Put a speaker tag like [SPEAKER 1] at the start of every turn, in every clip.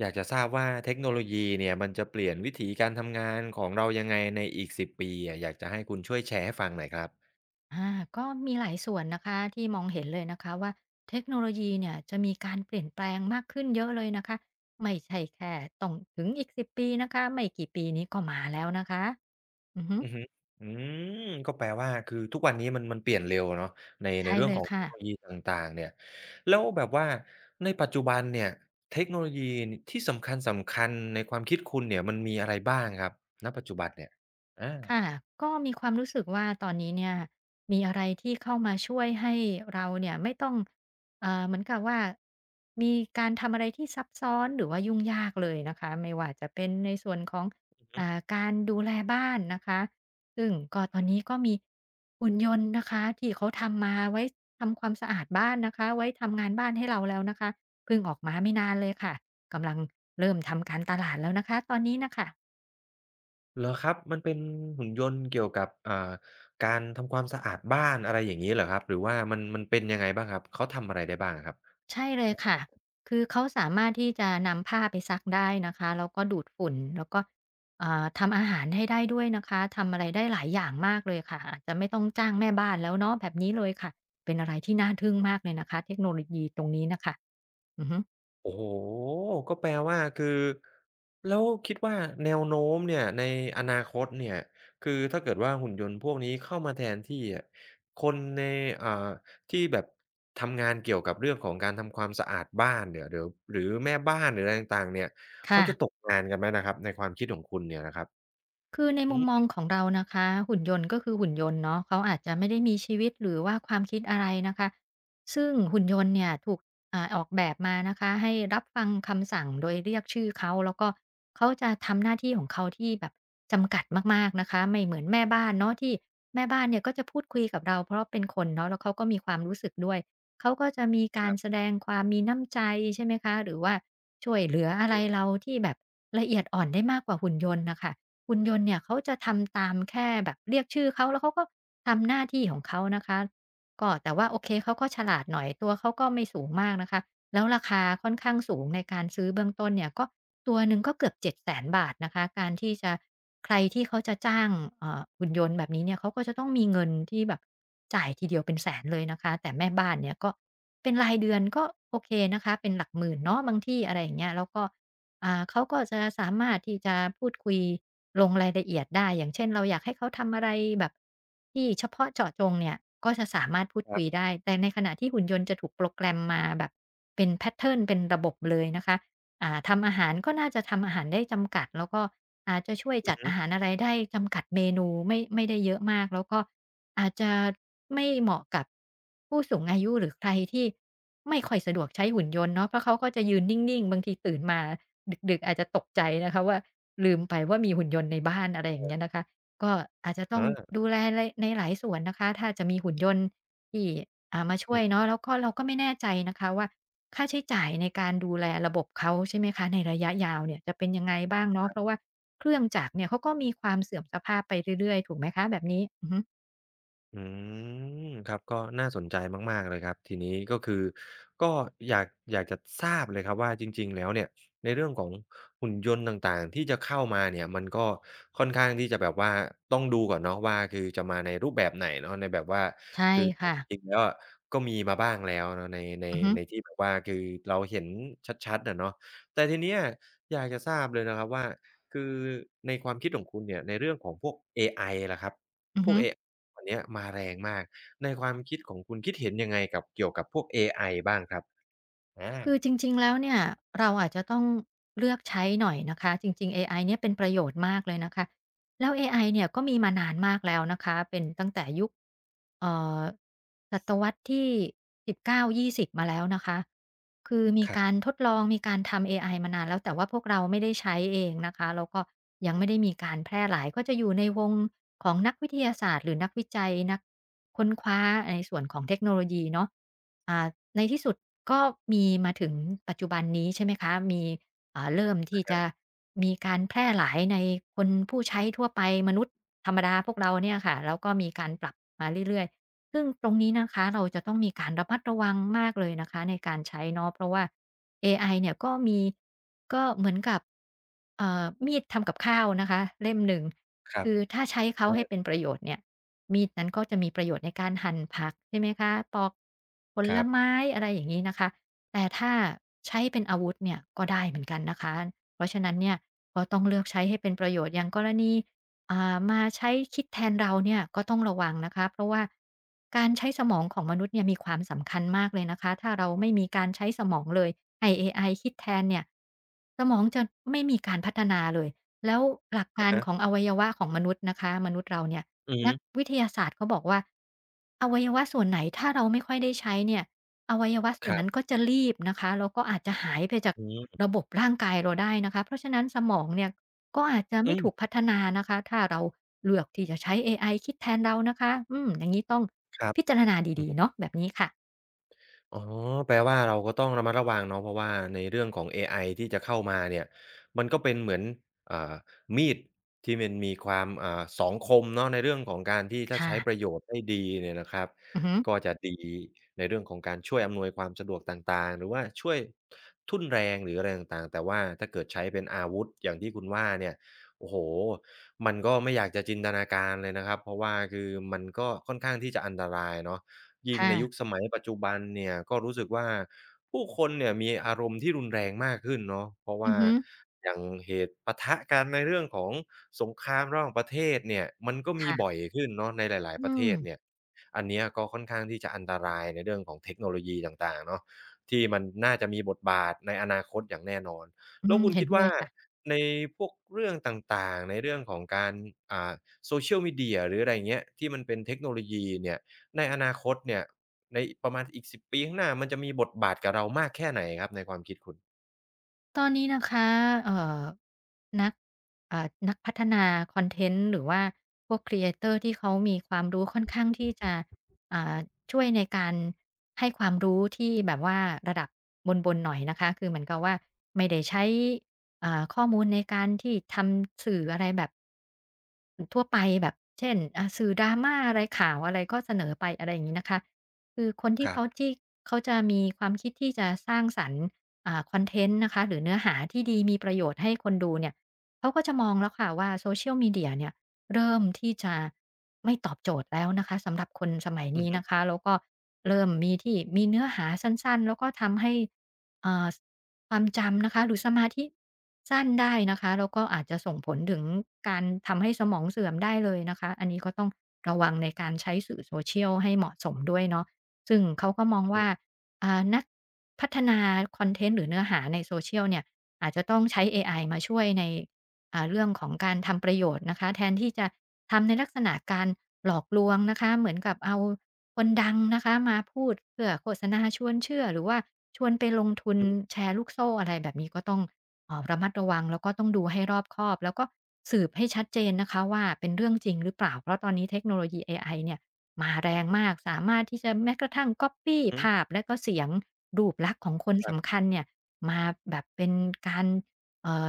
[SPEAKER 1] อยากจะทราบว่าเทคโนโลยีเนี่ยมันจะเปลี่ยนวิธีการทำงานของเรายังไงในอีก10ปีอะอยากจะให้คุณช่วยแชร์ให้ฟังหน่อยครับ
[SPEAKER 2] อ่าก็มีหลายส่วนนะคะที่มองเห็นเลยนะคะว่าเทคโนโลยีเนี่ยจะมีการเปลี่ยนแปลงมากขึ้นเยอะเลยนะคะไม่ใช่แค่ต้องถึงอีกสิบปีนะคะไม่กี่ปีนี้ก็มาแล้วนะคะอือฮึ
[SPEAKER 1] อือฮึอืมก็แปลว่าคือทุกวันนี้มันเปลี่ยนเร็วอะเนาะใน
[SPEAKER 2] ใช่
[SPEAKER 1] เรื่อ
[SPEAKER 2] เล
[SPEAKER 1] ง
[SPEAKER 2] ย
[SPEAKER 1] ของเท
[SPEAKER 2] ค่ะ
[SPEAKER 1] คโนโลยีต่างๆเนี่ยแล้วแบบว่าในปัจจุบันเนี่ยเทคโนโลยีที่สำคัญๆในความคิดคุณเนี่ยมันมีอะไรบ้างครับณปัจจุบันเนี่ยอา
[SPEAKER 2] ค่ะก็มีความรู้สึกว่าตอนนี้เนี่ยมีอะไรที่เข้ามาช่วยให้เราเนี่ยไม่ต้องเหมือนกับว่ามีการทำอะไรที่ซับซ้อนหรือว่ายุ่งยากเลยนะคะไม่ว่าจะเป็นในส่วนของการดูแลบ้านนะคะซึ่งก็ตอนนี้ก็มีหุ่นยนต์นะคะที่เขาทำมาไว้ทำความสะอาดบ้านนะคะไว้ทำงานบ้านให้เราแล้วนะคะเพิ่งออกมาไม่นานเลยค่ะกำลังเริ่มทำการตลาดแล้วนะคะตอนนี้น่ะค่ะ
[SPEAKER 1] เหรอครับมันเป็นหุ่นยนต์เกี่ยวกับการทำความสะอาดบ้านอะไรอย่างงี้เหรอครับหรือว่ามันเป็นยังไงบ้างครับเขาทำอะไรได้บ้างอะครับ
[SPEAKER 2] ใช่เลยค่ะ คือเขาสามารถที่จะนำผ้าไปซักได้นะคะแล้วก็ดูดฝุ่นแล้วก็ทำอาหารให้ได้ด้วยนะคะทำอะไรได้หลายอย่างมากเลยค่ะอาจจะไม่ต้องจ้างแม่บ้านแล้วเนาะแบบนี้เลยค่ะเป็นอะไรที่น่าทึ่งมากเลยนะคะเทคโนโลยีตรงนี้น่ะค่ะอือฮึ
[SPEAKER 1] โอ้โฮก็แปลว่าคือแล้วคิดว่าแนวโน้มเนี่ยในอนาคตเนี่ยคือถ้าเกิดว่าหุ่นยนต์พวกนี้เข้ามาแทนที่อะคนในอ่าที่แบบทำงานเกี่ยวกับเรื่องของการทำความสะอาดบ้านเนี่ยหหรือแม่บ้านหรืออะไรต่างๆเนี่ยเขา
[SPEAKER 2] ค่ะ
[SPEAKER 1] จะตกงานกันไหมนะครับในความคิดของคุณเนี่ยนะครับ
[SPEAKER 2] คือใน
[SPEAKER 1] อื
[SPEAKER 2] มุมม
[SPEAKER 1] ม
[SPEAKER 2] องของเรานะคะหุ่นยนต์ก็คือหุ่นยนต์เนาะเขาอาจจะไม่ได้มีชีวิตหรือว่าความคิดอะไรนะคะซึ่งหุ่นยนต์เนี่ยถูกออกแบบมานะคะให้รับฟังคำสั่งโดยเรียกชื่อเขาแล้วก็เขาจะทำหน้าที่ของเขาที่แบบจำกัดมากๆนะคะไม่เหมือนแม่บ้านเนาะที่แม่บ้านเนี่ยก็จะพูดคุยกับเราเพราะเป็นคนเนาะแล้วเขาก็มีความรู้สึกด้วยเขาก็จะมีการแสดงความมีน้ำใจใช่ไหมคะหรือว่าช่วยเหลืออะไรเราที่แบบละเอียดอ่อนได้มากกว่าหุ่นยนต์นะคะ หุ่นยนต์เนี่ยเขาจะทำตามแค่แบบเรียกชื่อเขาแล้วเขาก็ทำหน้าที่ของเขานะคะก็แต่ว่าโอเคเขาก็ฉลาดหน่อยตัวเขาก็ไม่สูงมากนะคะแล้วราคาค่อนข้างสูงในการซื้อเบื้องต้นเนี่ยก็ตัวหนึ่งก็เกือบ7็0 0สนบาทนะคะการที่จะใครที่เขาจะจ้างหุ่นยนต์แบบนี้เนี่ยเขาก็จะต้องมีเงินที่แบบจ่ายทีเดียวเป็นแสนเลยนะคะแต่แม่บ้านเนี่ยก็เป็นรายเดือนก็โอเคนะคะเป็นหลักหมื่นเนาะบางที่อะไรอย่างเงี้ยแล้วก็ เขาก็จะสามารถที่จะพูดคุยลงรายละเอียดได้อย่างเช่นเราอยากให้เขาทำอะไรแบบที่เฉพาะเจาะจงเนี่ยก็จะสามารถพูด
[SPEAKER 1] ครั
[SPEAKER 2] คุย
[SPEAKER 1] บ
[SPEAKER 2] ได้แต่ในขณะที่หุ่นยนต์จะถูกโปรแกรมมาแบบเป็นแพทเทิร์นเป็นระบบเลยนะคะ ทำอาหารก็น่าจะทำอาหารได้จำกัดแล้วก็อาจจะช่วย
[SPEAKER 1] อื
[SPEAKER 2] จั
[SPEAKER 1] อ
[SPEAKER 2] ด
[SPEAKER 1] ฮึ
[SPEAKER 2] อาหารอะไรได้จำกัดเมนูไม่ได้เยอะมากแล้วก็อาจจะไม่เหมาะกับผู้สูงอายุหรือใครที่ไม่ค่อยสะดวกใช้หุ่นยนต์เนาะเพราะเขาก็จะยืนนิ่งๆบางทีตื่นมาดึกๆอาจจะตกใจนะคะว่าลืมไปว่ามีหุ่นยนต์ในบ้านอะไรอย่างเงี้ยนะคะก็อาจจะต้อง
[SPEAKER 1] อา
[SPEAKER 2] ดูแลในในหลายส่วนนะคะถ้าจะมีหุ่นยนต์ที่มาช่ว
[SPEAKER 1] อื
[SPEAKER 2] ยเนาะ
[SPEAKER 1] ม
[SPEAKER 2] แล้วก็เราก็ไม่แน่ใจนะคะว่า ค่าใช้จ่ายในการดูแลระบบเขาใช่ไหมคะในระยะยาวเนี่ยจะเป็นยังไงบ้างเนาะเพราะว่าเครื่องจักรเนี่ยเขาก็มีความเสื่อมสภาพไปเรื่อยๆถูกไหมคะแบบนี้อือฮึ
[SPEAKER 1] อืมครับก็น่าสนใจมากๆเลยครับทีนี้ก็คือก็อยากอยากจะทราบเลยครับว่าจริงๆแล้วเนี่ยในเรื่องของหุ่นยนต์ต่างๆที่จะเข้ามาเนี่ยมันก็ค่อนข้างที่จะแบบว่าต้องดูก่อนเนาะว่าคือจะมาในรูปแบบไหนเนาะในแบบว่า
[SPEAKER 2] ใช่
[SPEAKER 1] คือ
[SPEAKER 2] ค่ะ
[SPEAKER 1] จริงๆแล้วอะก็มีมาบ้างแล้วเนาะใน
[SPEAKER 2] อือฮึ
[SPEAKER 1] ในที่แบบว่าคือเราเห็นชัดๆอะเนาะแต่ทีเนี้ยอยากจะทราบเลยนะครับว่าคือในความคิดของคุณเนี่ยในเรื่องของพวกเอไอล่ะครับ
[SPEAKER 2] อือ
[SPEAKER 1] พว
[SPEAKER 2] ฮึ
[SPEAKER 1] กเอ วันเนี้ยมาแรงมาก ในความคิดของคุณคิดเห็นยังไงกับเกี่ยวกับพวกเอไอบ้างครับอา
[SPEAKER 2] คือจริงๆแล้วเนี่ยเราอาจจะต้องเลือกใช้หน่อยนะคะจริงๆเอไอเนี่ยเป็นประโยชน์มากเลยนะคะแล้วเอไอเนี่ยก็มีมานานมากแล้วนะคะเป็นตั้งแต่ยุคเอ่อศตวรรษที่19-20มาแล้วนะคะคือมี
[SPEAKER 1] ครั
[SPEAKER 2] การ
[SPEAKER 1] บ
[SPEAKER 2] ทดลองมีการทำเอไอมานานแล้วแต่ว่าพวกเราไม่ได้ใช้เองนะคะแล้วก็ยังไม่ได้มีการแพร่หลายก็จะอยู่ในวงของนักวิทยาศาสตร์หรือนักวิจัยนักค้นคว้าในส่วนของเทคโนโลยีเนาะ อ่าในที่สุดก็มีมาถึงปัจจุบันนี้ใช่ไหมคะมีเริ่มที่จะมีการแพร่หลายในคนผู้ใช้ทั่วไปมนุษย์ธรรมดาพวกเราเนี่ยค่ะแล้วก็มีการปรับมาเรื่อยๆซึ่งตรงนี้นะคะเราจะต้องมีการระมัดระวังมากเลยนะคะในการใช้เนาะเพราะว่าเอไอเนี่ยก็มีก็เหมือนกับมีดทำกับข้าวนะคะเล่มหนึ่ง
[SPEAKER 1] ครับ
[SPEAKER 2] คือถ้าใช้เขา
[SPEAKER 1] เอ
[SPEAKER 2] ให้เป็น
[SPEAKER 1] อ
[SPEAKER 2] ประโยชน์เนี่ย มีดนั้นก็จะมีประโยชน์ในการหั่นผักใช่ไหมคะปอกผ
[SPEAKER 1] ค
[SPEAKER 2] ล
[SPEAKER 1] รับ
[SPEAKER 2] ไม้อะไรอย่างงี้นะคะแต่ถ้าใช้เป็นอาวุธเนี่ยก็ได้เหมือนกันนะคะเพราะฉะนั้นเนี่ยก็ต้องเลือกใช้ให้เป็นประโยชน์อย่างกรณีมาใช้คิดแทนเราเนี่ยก็ต้องระวังนะคะเพราะว่าการใช้สมองของมนุษย์เนี่ยมีความสำคัญมากเลยนะคะถ้าเราไม่มีการใช้สมองเลยให้เอไอคิดแทนเนี่ยสมองจะไม่มีการพัฒนาเลยแล้วหลัก
[SPEAKER 1] อะ
[SPEAKER 2] การ
[SPEAKER 1] ฮะ
[SPEAKER 2] ของอวัยวะของมนุษย์นะคะมนุษย์เราเนี่ย
[SPEAKER 1] อือฮึ
[SPEAKER 2] นักวิทยาศาสตร์เขาบอกว่าอวัยวะส่วนไหนถ้าเราไม่ค่อยได้ใช้เนี่ยอวัยวะส่
[SPEAKER 1] ค
[SPEAKER 2] วน
[SPEAKER 1] รั
[SPEAKER 2] นั้น
[SPEAKER 1] บ
[SPEAKER 2] ก็จะรีบนะคะแล้วก็อาจจะหายไปจาก
[SPEAKER 1] อืม
[SPEAKER 2] ระบบร่างกายเราได้นะคะเพราะฉะนั้นสมองเนี่ยก็อาจจะ
[SPEAKER 1] อื
[SPEAKER 2] ไม่ถูกพั
[SPEAKER 1] ม
[SPEAKER 2] ฒนานะคะถ้าเราเลือกที่จะใช้เอไอคิดแทนเรานะคะอืมอย่างงี้ต้อง
[SPEAKER 1] ครับ
[SPEAKER 2] พิจารณา
[SPEAKER 1] อื
[SPEAKER 2] ดีๆเนาะแบบนี้ค่ะ
[SPEAKER 1] อ๋อแปลว่าเราก็ต้องระมัดระวังเนาะเพราะว่าในเรื่องของเอไอที่จะเข้ามาเนี่ยมันก็เป็นเหมือนอ่ามีดที่มันมีความสองคมเนาะในเรื่องของการที่ถ้าใช้ประโย
[SPEAKER 2] ค่ะ
[SPEAKER 1] ชน์ได้ดีเนี่ยนะครับ
[SPEAKER 2] อือฮึ
[SPEAKER 1] ก็จะดีในเรื่องของการช่วยอำนวยความสะดวกต่างๆหรือว่าช่วยทุ่นแรงหรืออะไรต่างๆแต่ว่าถ้าเกิดใช้เป็นอาวุธอย่างที่คุณว่าเนี่ยโอ้โฮมันก็ไม่อยากจะจินตนาการเลยนะครับเพราะว่าคือมันก็ค่อนข้างที่จะอันตรายเนาะ ยิ่ง
[SPEAKER 2] ค่ะ
[SPEAKER 1] ในยุคสมัยปัจจุบันเนี่ยก็รู้สึกว่าผู้คนเนี่ยมีอารมณ์ที่รุนแรงมากขึ้นเนาะเพราะ
[SPEAKER 2] อื
[SPEAKER 1] ว่า
[SPEAKER 2] อฮึ
[SPEAKER 1] อย่างเหตุปะทะกันในเรื่องของสงครามระหว่างประเทศเนี่ยมันก็มีบ่อ
[SPEAKER 2] ค่ะ
[SPEAKER 1] ยขึ้นเนาะในหลาย
[SPEAKER 2] อื
[SPEAKER 1] ๆประเท
[SPEAKER 2] ม
[SPEAKER 1] ศเนี่ยอันเนี้ยก็ค่อนข้างที่จะอันตรายในเรื่องของเทคโนโลยีต่างๆเนาะที่มันน่าจะมีบทบาทในอนาคตอย่างแน่นอน
[SPEAKER 2] อื
[SPEAKER 1] แล้ว
[SPEAKER 2] ม
[SPEAKER 1] คุณ
[SPEAKER 2] เห็
[SPEAKER 1] คิ
[SPEAKER 2] น
[SPEAKER 1] ด
[SPEAKER 2] ด้ว
[SPEAKER 1] ว่า
[SPEAKER 2] ยค่ะ
[SPEAKER 1] ในพวกเรื่องต่างๆในเรื่องของการอ่า Social Media หรืออะไรอย่างเงี้ยที่มันเป็นเทคโนโลยีเนี่ย ในอนาคตเนี่ยในประมาณอีก10ปีข้างหน้ามันจะมีบทบาทกับเรามากแค่ไหนครับในความคิดคุณ
[SPEAKER 2] ตอนนี้นะคะเอ่อนักนักพัฒนาคอนเทนต์หรือว่าพวกครีเอเตอร์ที่เขามีความรู้ค่อนข้างที่จะอ่าช่วยในการให้ความรู้ที่แบบว่าระดับบนๆหน่อยนะคะคือเหมือนกับว่าไม่ได้ใช้ข้อมูลในการที่ทำสื่ออะไรแบบ ทั่วไปแบบเช่นสื่อ drama อะไรข่าวอะไรก็เสนอไปอะไรอย่างงี้นะคะคือคน
[SPEAKER 1] ค
[SPEAKER 2] ที่
[SPEAKER 1] รับ
[SPEAKER 2] เขาที่เขาจะมีความคิดที่จะสร้างสรรค์คอนเทนต์นะคะหรือเนื้อหาที่ดีมีประโยชน์ให้คนดูเนี่ยเขาก็จะมองแล้วค่ะว่า Social Media เนี่ยเริ่มที่จะไม่ตอบโจทย์แล้วนะคะสำหรับคนสมัย
[SPEAKER 1] อือ
[SPEAKER 2] นี้
[SPEAKER 1] ฮึ
[SPEAKER 2] นะคะแล้วก็เริ่มมีที่มีเนื้อหาสั้นๆแล้วก็ทำให้เอ่อ ความจำนะคะหรือสมาธิสั้นได้นะคะแล้วก็อาจจะส่งผลถึงการทำให้สมองเสื่อมได้เลยนะคะอันนี้ก็ต้องระวังในการใช้สื่อ Social ให้เหมาะสมด้วยเนาะซึ่งเขาก็มองว่านักพัฒนาคอนเทนต์หรือเนื้อหาใน Social เชียลเนี่ยอาจจะต้องใช้เอไอมาช่วยใน เรื่องของการทำประโยชน์นะคะแทนที่จะทำในลักษณะการหลอกลวงนะคะเหมือนกับเอาคนดังนะคะมาพูดเพื่อโฆษณาชวนเชื่อหรือว่าชวนไปลงทุนแชร์ลูกโซ่อะไรแบบนี้ก็ต้องเออระมัดระวังแล้วก็ต้องดูให้รอบคอบแล้วก็สืบให้ชัดเจนนะคะว่าเป็นเรื่องจริงหรือเปล่าเพราะตอนนี้เทคโนโลยีเอไอเนี่ยมาแรงมากสามารถที่จะแม้กระทั่งก๊อบปี้
[SPEAKER 1] ๆ
[SPEAKER 2] ภาพและก็เสียงรูปลักษณ์ของคน
[SPEAKER 1] ๆครับ
[SPEAKER 2] สำคัญเนี่ยมาแบบเป็นการเอ่อ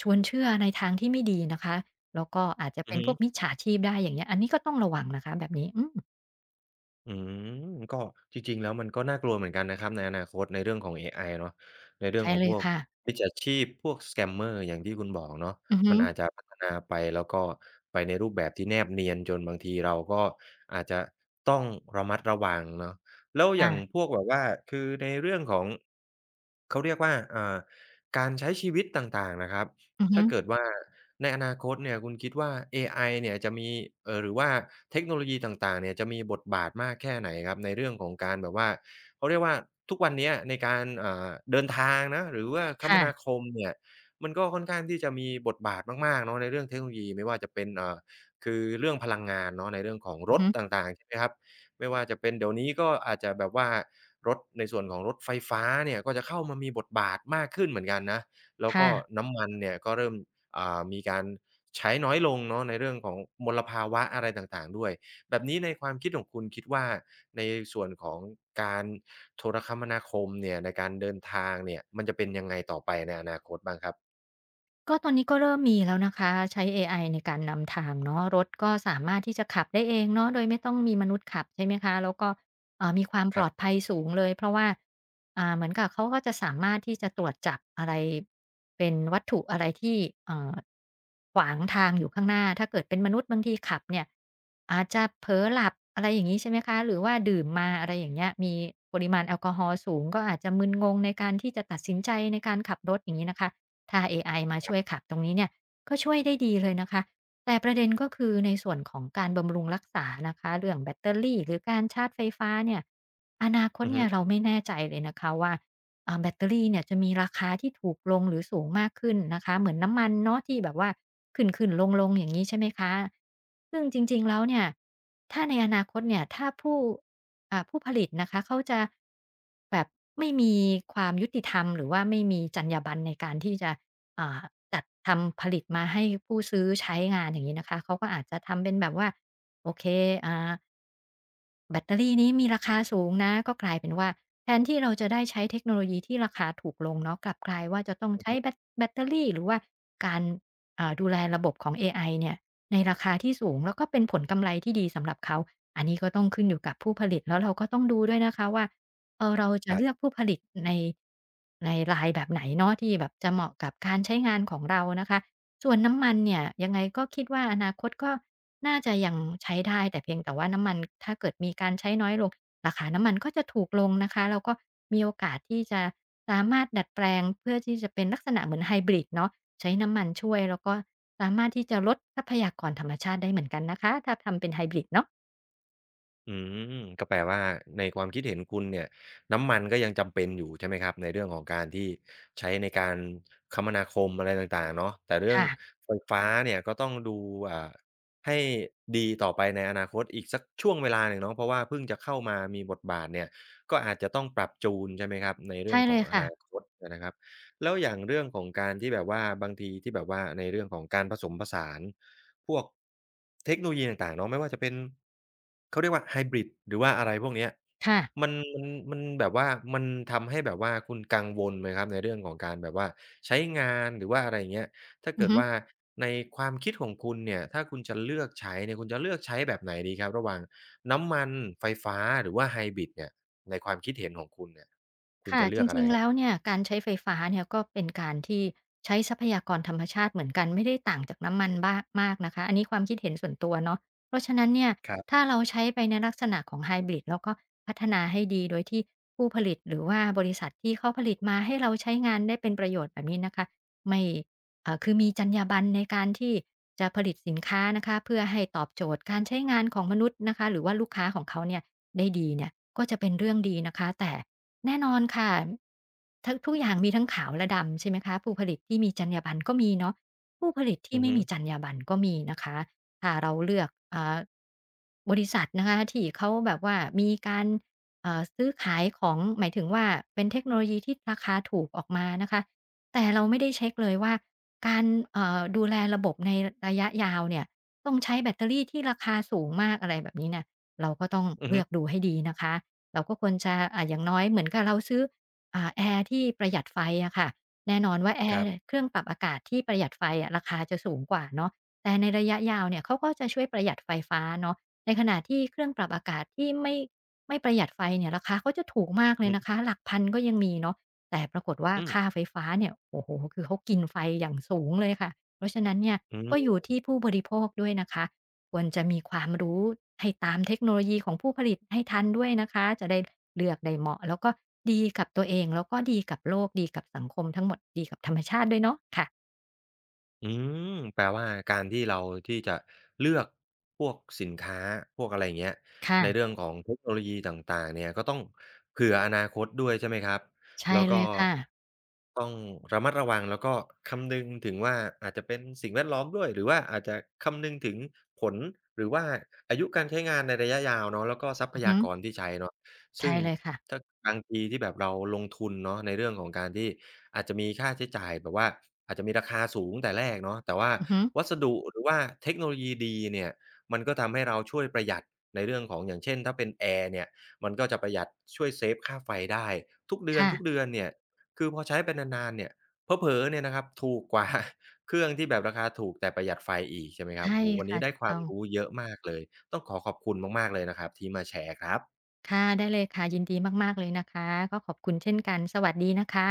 [SPEAKER 2] ชวนเชื่อในทางที่ไม่ดีนะคะแล้วก็อาจจะ
[SPEAKER 1] อือ
[SPEAKER 2] เป็น
[SPEAKER 1] ฮึ
[SPEAKER 2] พวกมิจฉาชีพได้อย่างเงี้ยอันนี้ก็ต้องระวังนะคะแบบนี้อืม
[SPEAKER 1] อืมก็จริงๆแล้วมันก็น่ากลัวเหมือนกันนะครับในอนาคตในเรื่องของเอไอเนาะในเรื่อง
[SPEAKER 2] ใช่
[SPEAKER 1] ของ
[SPEAKER 2] เล
[SPEAKER 1] พ
[SPEAKER 2] ย
[SPEAKER 1] วก
[SPEAKER 2] ค่ะ
[SPEAKER 1] มิจฉาชีพพวก Scammer อย่างที่คุณบอกเนาะ
[SPEAKER 2] อือฮึ
[SPEAKER 1] มันอาจจะพัฒนาไปแล้วก็ไปในรูปแบบที่แนบเนียนจนบางทีเราก็อาจจะต้องระมัดระวังเนาะแล้วอย่า
[SPEAKER 2] อา
[SPEAKER 1] งพวกแบบว่าคือในเรื่องของเขาเรียกว่าการใช้ชีวิตต่างๆนะครับ
[SPEAKER 2] อือฮึ
[SPEAKER 1] ถ้าเกิดว่าในอนาคตเนี่ยคุณคิดว่าเอไอเนี่ยจะมีหรือว่าเทคโนโลยีต่างๆเนี่ยจะมีบทบาทมากแค่ไหนครับในเรื่องของการแบบว่าเขาเรียกว่าทุกวันเนี้ยในการเดินทางนะหรือว่าคม
[SPEAKER 2] ค่ะ
[SPEAKER 1] นาคมเนี่ยมันก็ค่อนข้างที่จะมีบทบาทมากๆเนาะในเรื่องเทคโนโลยีไม่ว่าจะเป็นคือเรื่องพลังงานเนาะในเรื่องของร
[SPEAKER 2] อือ
[SPEAKER 1] ถ
[SPEAKER 2] ฮึ
[SPEAKER 1] ต่างๆใช่ไหมครับไม่ว่าจะเป็นเดี๋ยวนี้ก็อาจจะแบบว่ารถในส่วนของรถไฟฟ้าเนี่ยก็จะเข้ามามีบทบาทมากขึ้นเหมือนกันนะ แล้ว
[SPEAKER 2] ค่ะ
[SPEAKER 1] ก็น้ำมันเนี่ยก็เริ่มมีการใช้น้อยลงเนาะในเรื่องของมลภาวะอะไรต่างๆด้วยแบบนี้ในความคิดของคุณคิดว่าในส่วนของการโทรคมนาคมเนี่ยในการเดินทางเนี่ยมันจะเป็นยังไงต่อไปในอนาคตบ้างครับ
[SPEAKER 2] ก็ตอนนี้ก็เริ่มมีแล้วนะคะใช้เอไอในการนำทางเนาะรถก็สามารถที่จะขับได้เองเนาะโดยไม่ต้องมีมนุษย์ขับใช่ไหมคะแล้วก็มีความ
[SPEAKER 1] ค
[SPEAKER 2] ปล
[SPEAKER 1] รั
[SPEAKER 2] อด
[SPEAKER 1] บ
[SPEAKER 2] ภัยสูงเลยเพราะว่าเหมือนกับเขาก็จะสามารถที่จะตรวจจับอะไรเป็นวัตถุอะไรที่เอ่อขวางทางอยู่ข้างหน้าถ้าเกิดเป็นมนุษย์บางทีขับเนี่ยอาจจะเผลอหลับอะไรอย่างงี้ใช่ไหมคะหรือว่าดื่มมาอะไรอย่างเงี้ยมีปริมาณแอลกอฮอล์สูงก็อาจจะมึนงงในการที่จะตัดสินใจในการขับรถอย่างงี้นะคะ ถ้าเอไอมาช่วยขับตรงนี้เนี่ยก็ช่วยได้ดีเลยนะคะแต่ประเด็นก็คือในส่วนของการบำรุงรักษานะคะเรื่องแบตเตอรี่หรือการชาร์จไฟฟ้าเนี่ยอนาคต
[SPEAKER 1] อือฮึ
[SPEAKER 2] เนี่ยเราไม่แน่ใจเลยนะคะว่า แบตเตอรี่เนี่ยจะมีราคาที่ถูกลงหรือสูงมากขึ้นนะคะเหมือนน้ำมันเนาะที่แบบว่าขึ้นๆลงๆอย่างงี้ใช่ไหมคะซึ่งจริงๆแล้วเนี่ยถ้าในอนาคตเนี่ยถ้าผู้ผู้ผลิตนะคะเขาจะแบบไม่มีความยุติธรรมหรือว่าไม่มีจรรยาบรรณในการที่จะอ่าจัดทำผลิตมาให้ผู้ซื้อใช้งานอย่างนี้นะคะเขาก็อาจจะทำเป็นแบบว่าโอเคอ่า แบตเตอรี่นี้มีราคาสูงนะก็กลายเป็นว่าแทนที่เราจะได้ใช้เทคโนโลยีที่ราคาถูกลงเนาะกลับกลายว่าจะต้องใช้
[SPEAKER 1] ๆ
[SPEAKER 2] แบตเตอรี่หรือว่าการดูแลระบบของเอไอเนี่ยในราคาที่สูงแล้วก็เป็นผลกำไรที่ดีสำหรับเขาอันนี้ก็ต้องขึ้นอยู่กับผู้ผลิตแล้วเราก็ต้องดูด้วยนะคะว่าเราจะเลือกผู้ผลิตในในรายแบบไหนเนาะที่แบบจะเหมาะกับการใช้งานของเรานะคะส่วนน้ำมันเนี่ยยังไงก็คิดว่าอนาคตก็ น่าจะยังใช้ได้แต่เพียงแต่ว่าน้ำมันถ้าเกิดมีการใช้น้อยลงราคาน้ำมันก็จะถูกลงนะคะแล้วก็มีโอกาสที่จะสามารถดัดแปลงเพื่อที่จะเป็นลักษณะเหมือนไฮบริดเนาะใช้น้ำมันช่วยแล้วก็สามารถที่จะลดทรัพยากรธรรมชาติได้เหมือนกันนะคะถ้าทำเป็นไฮบริดเนาะ
[SPEAKER 1] อืมก็แปลว่าในความคิดเห็นคุณเนี่ยน้ำมันก็ยังจำเป็นอยู่ใช่ไหมครับในเรื่องของการที่ใช้ในการคมนาคมอะไรต่างๆเนาะแต่เรื่อง
[SPEAKER 2] ค่ะ
[SPEAKER 1] ไฟฟ้าเนี่ยก็ต้องดูอ่าให้ดีต่อไปในอนาคตอีกสักช่วงเวลาหนึ่งเนาะเพราะว่าเพิ่งจะเข้ามามีบทบาทเนี่ยก็อาจจะต้องปรับจูนใช่ไหมครับในเรื่
[SPEAKER 2] ใช่
[SPEAKER 1] องข
[SPEAKER 2] เล
[SPEAKER 1] อง
[SPEAKER 2] ย
[SPEAKER 1] อ
[SPEAKER 2] ค่ะ
[SPEAKER 1] นาคตอะนะครับแล้วอย่างเรื่องของการที่แบบว่าบางทีที่แบบว่าในเรื่องของการผสมผสาน พวกเทคโนโลยีต่างๆเนาะไม่ว่าจะเป็นเขาเรียกว่าไฮบริดหรือว่าอะไรพวกเนี้ย
[SPEAKER 2] ค่ะ
[SPEAKER 1] มันมันแบบว่ามันทำให้แบบว่าคุณกังวลไหมครับในเรื่องของการแบบว่าใช้งานหรือว่าอะไรอย่างเงี้ยถ้า
[SPEAKER 2] อือ
[SPEAKER 1] เกิด
[SPEAKER 2] ฮึ
[SPEAKER 1] ว่าในความคิดของคุณเนี่ยถ้าคุณจะเลือกใช้เนี่ยคุณจะเลือกใช้แบบไหนดีครับระหว่างน้ำมันไฟฟ้าหรือว่าไฮบริดเนี่ยในความคิดเห็นของคุณเนี่ยคุณ
[SPEAKER 2] ค่ะ
[SPEAKER 1] จะ
[SPEAKER 2] จ
[SPEAKER 1] เลือกอะ
[SPEAKER 2] ริ
[SPEAKER 1] ไร
[SPEAKER 2] งๆ
[SPEAKER 1] ครั
[SPEAKER 2] แล้ว
[SPEAKER 1] บ
[SPEAKER 2] เนี่ยการใช้ไฟฟ้าเนี่ยก็เป็นการที่ใช้ทรัพยากรธรรมชาติเหมือนกันไม่ได้ต่างจากน้ำมันบ้างมากนะคะอันนี้ความคิดเห็นส่วนตัวเนาะเพราะฉะนั้นเนี่ย
[SPEAKER 1] ครั
[SPEAKER 2] ถ้า
[SPEAKER 1] บ
[SPEAKER 2] เราใช้ไปในลักษณะของไฮบริดแล้วก็พัฒนาให้ดีโดยที่ผู้ผลิตหรือว่าบริษัทที่เขาผลิตมาให้เราใช้งานได้เป็นประโยชน์แบบนี้นะคะไม่คือมีจรรยาบรรณในการที่จะผลิตสินค้านะคะเพื่อให้ตอบโจทย์การใช้งานของมนุษย์นะคะหรือว่าลูกค้าของเขาเนี่ย ได้ดีเนี่ยก็จะเป็นเรื่องดีนะคะแต่แน่นอนค่ะทั้งทุกอย่างมีทั้งขาวและดำใช่ไหมคะผู้ผลิตที่มีจรรยาบรรณก็มีเนาะผู้ผลิตที่
[SPEAKER 1] อือ
[SPEAKER 2] ไม่
[SPEAKER 1] ฮึ
[SPEAKER 2] มีจรรยาบรรณก็มีนะคะถ้าเราเลือกบริษัทนะคะที่เขาแบบว่ามีการซื้อขายของหมายถึงว่าเป็นเทคโนโลยีที่ราคาถูกออกมานะคะแต่เราไม่ได้เช็กเลยว่าการดูแลระบบในระยะยาวเนี่ยต้องใช้แบตเตอรี่ที่ราคาสูงมากอะไรแบบนี้เนี่ย เราก็ต้อง
[SPEAKER 1] อือ
[SPEAKER 2] เลื
[SPEAKER 1] ฮึ
[SPEAKER 2] อกดูให้ดีนะคะ เราก็ควรจะอย่างน้อย เหมือนกับเราซื้อแอร์ที่ประหยัดไฟอะค่ะแน่นอนว่าแอ
[SPEAKER 1] ครั
[SPEAKER 2] ร์
[SPEAKER 1] บ
[SPEAKER 2] เครื่องปรับอากาศที่ประหยัดไฟอะราคาจะสูงกว่าเนาะแต่ในระยะยาวเนี่ยเขาก็จะช่วยประหยัดไฟฟ้าเนาะในขณะที่เครื่องปรับอากาศที่ไม่ประหยัดไฟเนี่ยราคาเขาจะถูกมากเล
[SPEAKER 1] อื
[SPEAKER 2] ย
[SPEAKER 1] อ
[SPEAKER 2] นะ
[SPEAKER 1] ฮึ
[SPEAKER 2] คะ หลักพันก็ยังมีเนาะแต่ปรากฏว่า
[SPEAKER 1] อืม
[SPEAKER 2] ค่าไฟฟ้าเนี่ยโอ้โฮคือเขากินไฟอย่างสูงเลยค่ะเพราะฉะนั้นเนี่ย
[SPEAKER 1] อื
[SPEAKER 2] ก็อ
[SPEAKER 1] ม
[SPEAKER 2] ยู่ที่ผู้บริโภคด้วยนะคะ ควรจะมีความรู้ให้ตามเทคโนโลยีของผู้ผลิตให้ทันด้วยนะคะ จะได้เลือกได้เหมาะแล้วก็ดีกับตัวเองแล้วก็ดีกับโลกดีกับสังคมทั้งหมดดีกับธรรมชาติด้วยเนาะค่ะ
[SPEAKER 1] อืมแปลว่าการที่เราที่จะเลือกพวกสินค้าพวกอะไรอย่างเงี้ย
[SPEAKER 2] ค่ะ
[SPEAKER 1] ในเรื่องของเทคโนโลยีต่างๆเนี่ยก็ต้องเผื่ออนาคตด้วยใช่ไหมครับ
[SPEAKER 2] ใช่
[SPEAKER 1] แล้วก็
[SPEAKER 2] เลยค่ะ
[SPEAKER 1] ต้องระมัดระวังแล้วก็คำนึงถึงว่าอาจจะเป็นสิ่งแวดล้อมด้วยหรือว่าอาจจะคำนึงถึงผลหรือว่าอายุการใช้งานในระยะยาวเนาะแล้วก็ทรัพ
[SPEAKER 2] อือ
[SPEAKER 1] ยา
[SPEAKER 2] ฮึ
[SPEAKER 1] กรที่ใช้เนาะ ซึ่
[SPEAKER 2] ใช่
[SPEAKER 1] ง
[SPEAKER 2] เลยค่ะ
[SPEAKER 1] ถ้าบางทีที่แบบเราลงทุนเนาะในเรื่องของการที่อาจจะมีค่าใช้จ่ายแบบว่าอาจจะมีราคาสูงแต่แรกเนาะแต่ว่า
[SPEAKER 2] อือฮึ
[SPEAKER 1] วัสดุหรือว่าเทคโนโลยีดีเนี่ยมันก็ทำให้เราช่วยประหยัดในเรื่องของอย่างเช่นถ้าเป็นแอร์เนี่ยมันก็จะประหยัดช่วยเซฟค่าไฟได้ทุกเดือน
[SPEAKER 2] ค่ะ
[SPEAKER 1] ๆเดือนเนี่ยคือพอใช้ไปนานๆเนี่ยเผลอๆเนี่ยนะครับถูกกว่าเครื่องที่แบบราคาถูกแต่ประหยัดไฟอีกใช่ไหมครับ
[SPEAKER 2] ใช่
[SPEAKER 1] โอ้โฮวันนี้
[SPEAKER 2] ค่ะ
[SPEAKER 1] ได้
[SPEAKER 2] ถูก
[SPEAKER 1] ควา
[SPEAKER 2] ต้
[SPEAKER 1] ม
[SPEAKER 2] อง
[SPEAKER 1] รู้เยอะมากเลยต้องขอขอบคุณมากๆเลยนะครับที่มาแชร์ครับ
[SPEAKER 2] ค่ะได้เลยค่ะยินดีมากๆเลยนะคะก็ขอบคุณเช่นกันสวัสดีนะคะ